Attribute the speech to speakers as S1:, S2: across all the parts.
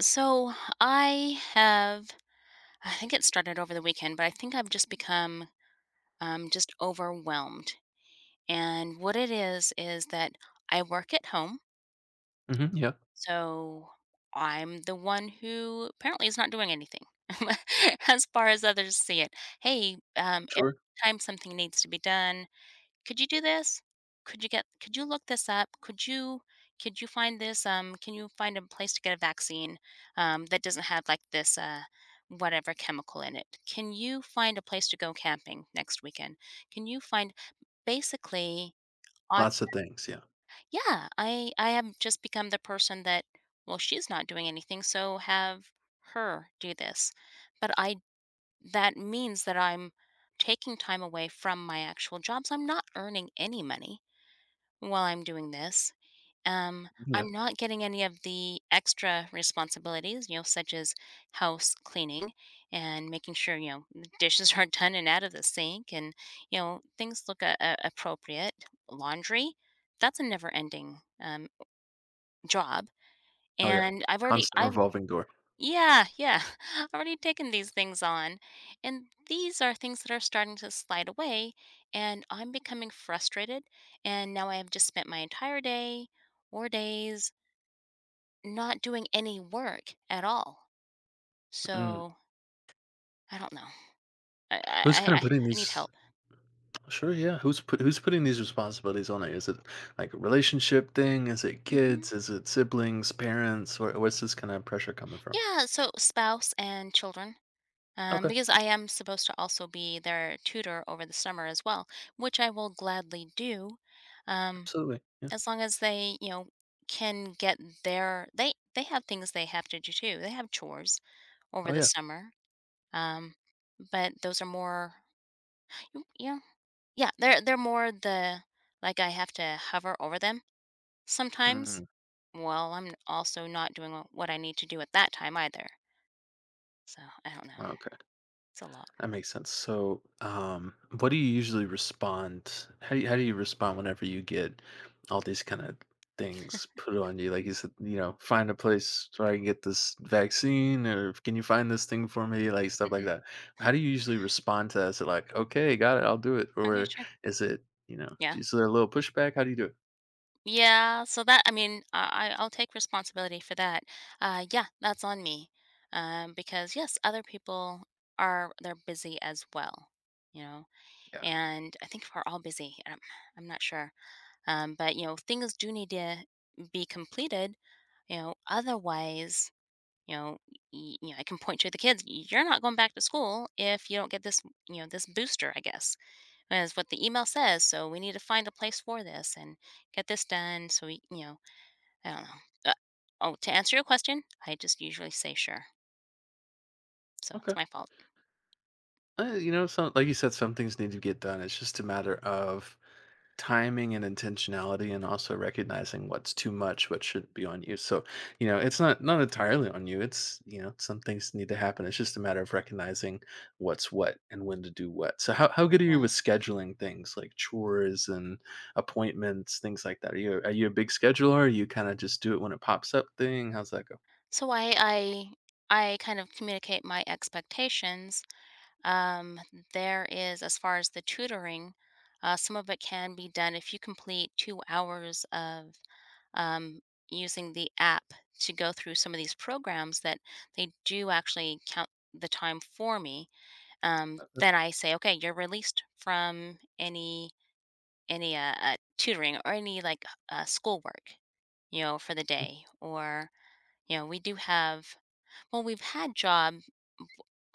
S1: So I have, I think it started over the weekend, but I think I've just become just overwhelmed. And what it is that I work at home.
S2: Mhm, yeah,
S1: So I'm the one who apparently is not doing anything as far as others see it. Hey, every
S2: sure.
S1: time something needs to be done, could you do this? Could you look this up? Could you find this can you find a place to get a vaccine that doesn't have like this whatever chemical in it? Can you find a place to go camping next weekend? Can you find basically I
S2: Lots of things, yeah.
S1: yeah, I have just become the person that she's not doing anything, so have her do this. But I that means that I'm taking time away from my actual jobs. I'm not earning any money while I'm doing this. Um,
S2: Mhm, yeah.
S1: I'm not getting any of the extra responsibilities, you know, such as house cleaning and making sure, you know, the dishes are done and out of the sink and, you know, things look appropriate. Laundry, that's a never ending job.
S2: Oh, yeah.
S1: And I've already,
S2: Constant
S1: I've
S2: revolving door.
S1: yeah, yeah. I've already taken these things on. And these are things that are starting to slide away, and I'm becoming frustrated. And now I have just spent my entire day or days not doing any work at all.
S2: Mm.
S1: So I don't know. I, I,
S2: Who's
S1: I,
S2: kinda
S1: I
S2: putting
S1: I need
S2: these
S1: help.
S2: Sure, yeah. Who's putting these responsibilities on it? Is it, like, a relationship thing? Is it
S1: hmm
S2: kids? Is it siblings, parents? Where's this kinda pressure coming from?
S1: Yeah, so spouse and children.
S2: Okay,
S1: Because I am supposed to also be their tutor over the summer as well, which I will gladly do. Um,
S2: absolutely, yeah.
S1: as long as they, you know, can get their they have things they have to do too. They have chores over
S2: Oh,
S1: the
S2: yeah.
S1: summer. Um, but those are more you know, yeah, they're more the like I have to hover over them sometimes.
S2: Mm,
S1: Well, I'm also not doing what I need to do at that time either. So I don't know.
S2: okay.
S1: It's a lot.
S2: That makes sense. So, what do you usually respond? How do you respond whenever you get all these kind of things put on you? Like you said, you know, find a place where I can get this vaccine, or can you find this thing for me? Like stuff like
S1: hmm
S2: that. How do you usually respond to that? Is it like, okay, got it, I'll do it,
S1: Okay,
S2: or
S1: sure.
S2: is it, you know,
S1: Yeah.
S2: is there a little pushback? How do you do it?
S1: Yeah, so that I mean, I'll take responsibility for that. Yeah, that's on me. Because yes, other people are they're busy as well, you know.
S2: Yeah.
S1: And I think we're all busy. I'm not sure. But you know, things do need to be completed, you know, otherwise, you know, you know, I can point to the kids, you're not going back to school if you don't get this, you know, this booster, I guess. Is what the email says, so we need to find a place for this and get this done so we, you know, I don't know. Oh, to answer your question, I just usually say sure. So
S2: Okay.
S1: it's my fault.
S2: You know, some like you said, some things need to get done. It's just a matter of timing and intentionality, and also recognizing what's too much, what should be on you. So you know it's not entirely on you. It's, you know, some things need to happen. It's just a matter of recognizing what's what and when to do what. So how good are you
S1: Yeah.
S2: with scheduling things like chores and appointments, things like that? Are you a big scheduler? Are you kind of just do it when it pops up thing? How's that go?
S1: So I kind of communicate my expectations. Um, there is as far as the tutoring, some of it can be done if you complete 2 hours of um, using the app to go through some of these programs that they do actually count the time for me.
S2: Uh, uh,
S1: Then I say, okay, you're released from any any tutoring or any like schoolwork, you know, for the
S2: mm,
S1: day. Or, you know, we do have we've had job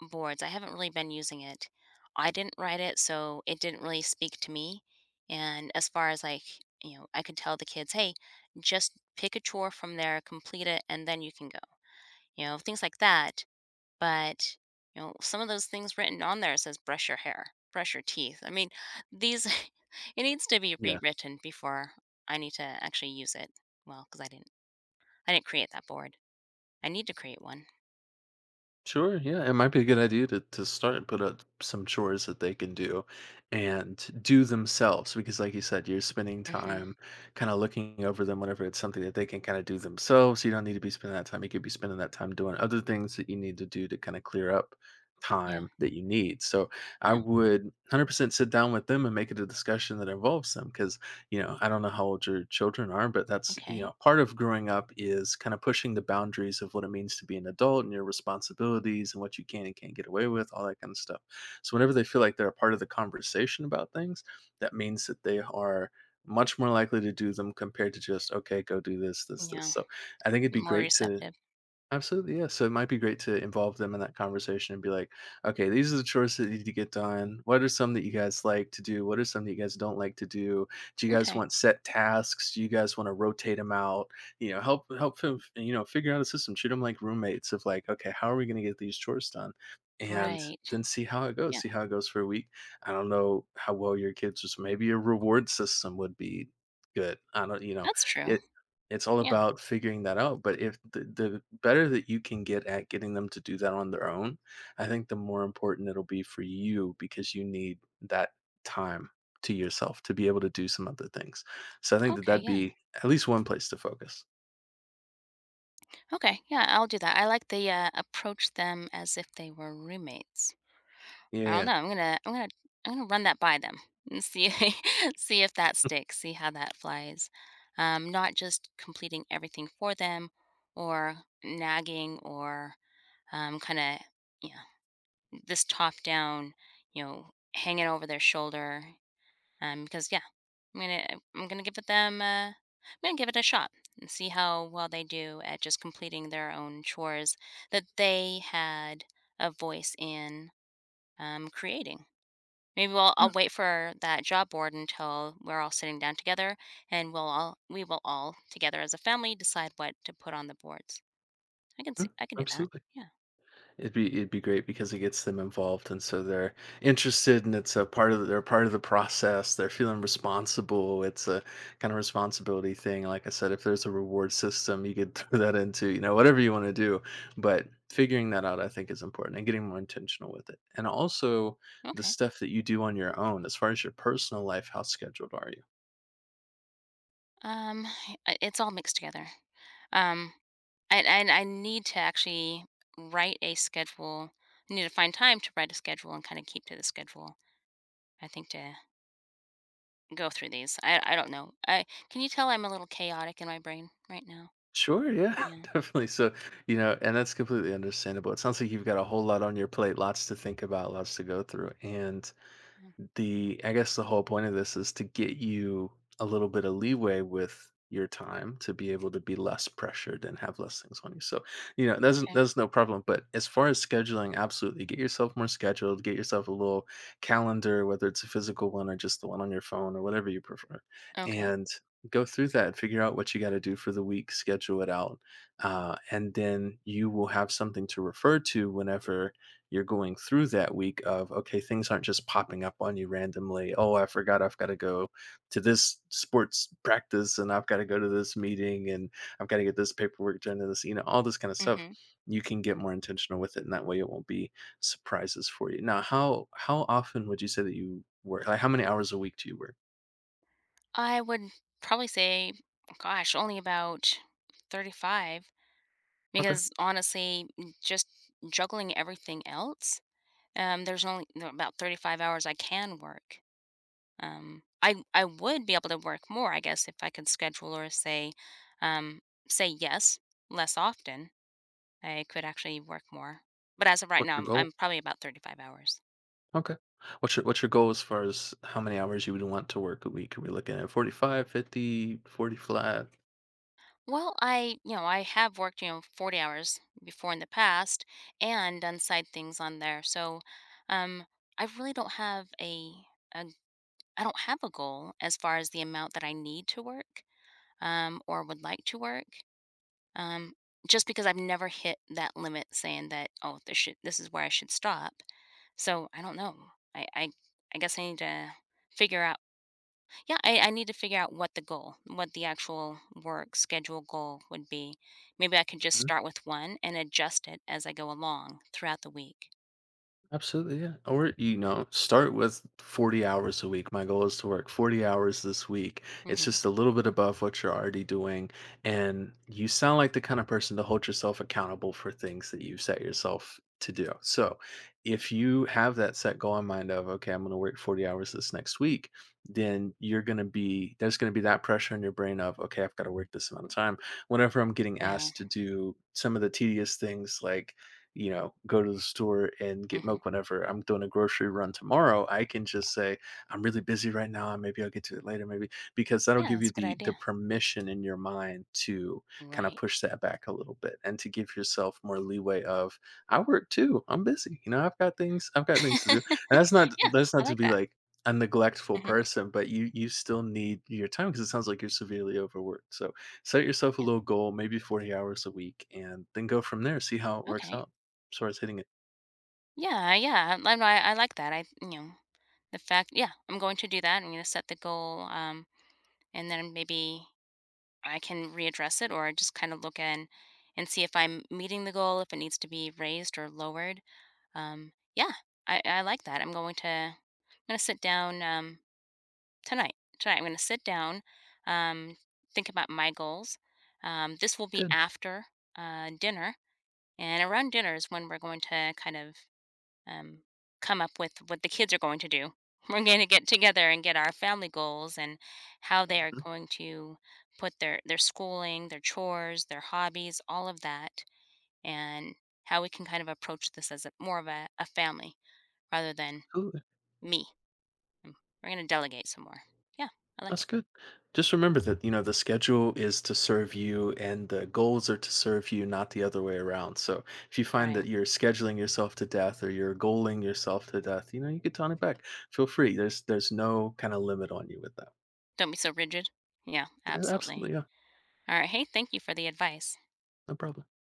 S1: boards. I haven't really been using it. I didn't write it, so it didn't really speak to me. And as far as like, you know, I could tell the kids, hey, just pick a chore from there, complete it, and then you can go. You know, things like that but you know some of those things written on there says brush your hair brush your teeth I mean these it needs to be
S2: yeah.
S1: rewritten before I need to actually use it because I didn't create that board I need to create one.
S2: Sure, yeah, it might be a good idea to start and put up some chores that they can do and do themselves because like you said, you're spending
S1: hmm
S2: time kind of looking over them whenever it's something that they can kind of do themselves. You don't need to be spending that time. You could be spending that time doing other things that you need to do to kind of clear up
S1: yeah,
S2: time that you need. So I
S1: yeah,
S2: would 100% sit down with them and make it a discussion that involves them because you know, I don't know how old your children are, but that's, you
S1: okay,
S2: know, part of growing up is kind of pushing the boundaries of what it means to be an adult and your responsibilities and what you can and can't get away with, all that kind of stuff. So whenever they feel like they're a part of the conversation about things, that means that they are much more likely to do them compared to just, okay, go do this, this, this.
S1: yeah,
S2: So I think it'd be
S1: more
S2: great to.
S1: receptive,
S2: Absolutely, yeah. So it might be great to involve them in that conversation and be like, okay, these are the chores that need to get done. What are some that you guys like to do? What are some that you guys don't like to do? Do you guys
S1: okay,
S2: want set tasks? Do you guys want to rotate them out? You know, help them, you know, figure out a system. Treat them like roommates of like, okay, how are we going to get these chores done? And
S1: right,
S2: then see how it goes.
S1: yeah,
S2: See how it goes for a week. I don't know how well your kids was. Maybe a reward system would be good. I don't, you know,
S1: that's true,
S2: it, it's all
S1: yeah,
S2: about figuring that out, but if the better that you can get at getting them to do that on their own, I think the more important it'll be for you because you need that time to yourself to be able to do some other things. So I think that
S1: okay,
S2: that'd
S1: yeah,
S2: be at least one place to focus.
S1: okay, yeah, I'll do that. I like the approach them as if they were roommates. I don't
S2: Yeah.
S1: know. I'm gonna I'm gonna run that by them and see see if that
S2: Mm,
S1: sticks, see how that flies. Not just completing everything for them, or nagging, or kind of you know this top down, you know, hanging over their shoulder. Because yeah, I'm gonna I'm gonna give it them. I'm gonna give it a shot and see how well they do at just completing their own chores that they had a voice in creating. Maybe we'll
S2: yeah.
S1: I'll wait for that job board until we're all sitting down together, and we will all together as a family decide what to put on the boards. I can
S2: Mm,
S1: see I can do that.
S2: absolutely.
S1: Yeah.
S2: It'd be great because it gets them involved, and so they're interested, and it's a part of the, they're part of the process. They're feeling responsible. It's a kind of responsibility thing. Like I said, if there's a reward system, you could throw that into you know whatever you want to do. But figuring that out, I think, is important, and getting more intentional with it. And also the
S1: Okay.
S2: stuff that you do on your own, as far as your personal life, how scheduled are you?
S1: Um, I- it's all mixed together. Um, and I need to actually write a schedule. I need to find time to write a schedule and kind of keep to the schedule. I think to go through these. I don't know. I can you tell I'm a little chaotic in my brain right now.
S2: Sure, yeah,
S1: Yeah,
S2: definitely. So, you know, and that's completely understandable. It sounds like you've got a whole lot on your plate, lots to think about, lots to go through. And
S1: yeah.
S2: the I guess the whole point of this is to get you a little bit of leeway with your time to be able to be less pressured and have less things on you. So, you know, that's
S1: Okay.
S2: that's no problem. But as far as scheduling, absolutely get yourself more scheduled, get yourself a little calendar, whether it's a physical one or just the one on your phone or whatever you prefer.
S1: Okay.
S2: And go through that and figure out what you got to do for the week, schedule it out. And then you will have something to refer to whenever you're going through that week of, okay, things aren't just popping up on you randomly. Oh, I forgot, I've got to go to this sports practice, and I've got to go to this meeting, and I've got to get this paperwork done, and this, you know, all this kind of stuff.
S1: Mm-hmm.
S2: You can get more intentional with it, and that way it won't be surprises for you. Now how often would you say that you work? Like how many hours a week do you work?
S1: I would probably say, gosh, only about 35
S2: Okay.
S1: because honestly, just juggling everything else, there are about 35 hours I can work. I would be able to work more, I guess, if I could schedule or say, um, say yes less often. I could actually work more, but as of right
S2: What's
S1: now,
S2: your goal?
S1: I'm probably about 35 hours.
S2: Okay, what's your goal as far as how many hours you would want to work a week? Are we looking at 45, 50, 40 flat?
S1: Well, I, you know, I have worked, you know, 40 hours before in the past and done side things on there. So, um, I really don't have a, I don't have a goal as far as the amount that I need to work, or would like to work. Um, just because I've never hit that limit saying that, oh, this should, this is where I should stop. So I don't know. I, I, I guess I need to figure out yeah, I need to figure out what the goal, what the actual work schedule goal would be. Maybe I could just start with one and adjust it as I go along throughout the week.
S2: Absolutely, yeah. Or, you know, start with 40 hours a week. My goal is to work 40 hours this week. It's
S1: hmm
S2: just a little bit above what you're already doing. And you sound like the kind of person to hold yourself accountable for things that you've set yourself to do. So if you have that set goal in mind of, okay, I'm going to work 40 hours this next week, then you're going to be, there's going to be that pressure in your brain of, okay, I've got to work this amount of time. Whenever I'm getting
S1: Yeah.
S2: asked to do some of the tedious things like, you know, go to the store and get
S1: hmm
S2: milk whenever I'm doing a grocery run tomorrow, I can just say, I'm really busy right now. Maybe I'll get to it later. Maybe because that'll
S1: Yeah,
S2: give you
S1: that's a good
S2: the
S1: idea.
S2: permission in your mind to kind of
S1: Right.
S2: push that back a little bit and to give yourself more leeway of I work too. I'm busy. You know, I've got things to do. And that's not
S1: Yeah,
S2: that's not
S1: I
S2: to
S1: like
S2: be
S1: that.
S2: like a neglectful
S1: hmm
S2: person, but you still need your time because it sounds like you're severely overworked. So set yourself a
S1: Yeah.
S2: little goal, maybe 40 hours a week, and then go from there. See how it works
S1: Okay.
S2: out. Starts hitting it.
S1: Yeah. Yeah. I like that. I, you know, the fact, yeah, I'm going to do that. I'm going to set the goal. And then maybe I can readdress it or just kind of look in and see if I'm meeting the goal, if it needs to be raised or lowered. Yeah, I like that. I'm going to sit down tonight. Tonight, I'm going to sit down, um, think about my goals. This will be
S2: Good.
S1: after dinner, and around dinner is when we're going to kind of um, come up with what the kids are going to do. We're going to get together and get our family goals and how they are
S2: Mhm.
S1: going to put their schooling, their chores, their hobbies, all of that, and how we can kind of approach this as more of a family rather than
S2: Absolutely.
S1: me. Mm, we're going to delegate some more. Yeah, I like
S2: That's
S1: it.
S2: good. Just remember that, you know, the schedule is to serve you and the goals are to serve you, not the other way around. So if you find that
S1: Right.
S2: you're scheduling yourself to death or you're goaling yourself to death, you know, you could tone it back. Feel free. There's no kind of limit on you with that.
S1: Don't be so rigid. Yeah, absolutely.
S2: Absolutely, yeah.
S1: All right. Hey, thank you for the advice.
S2: No problem.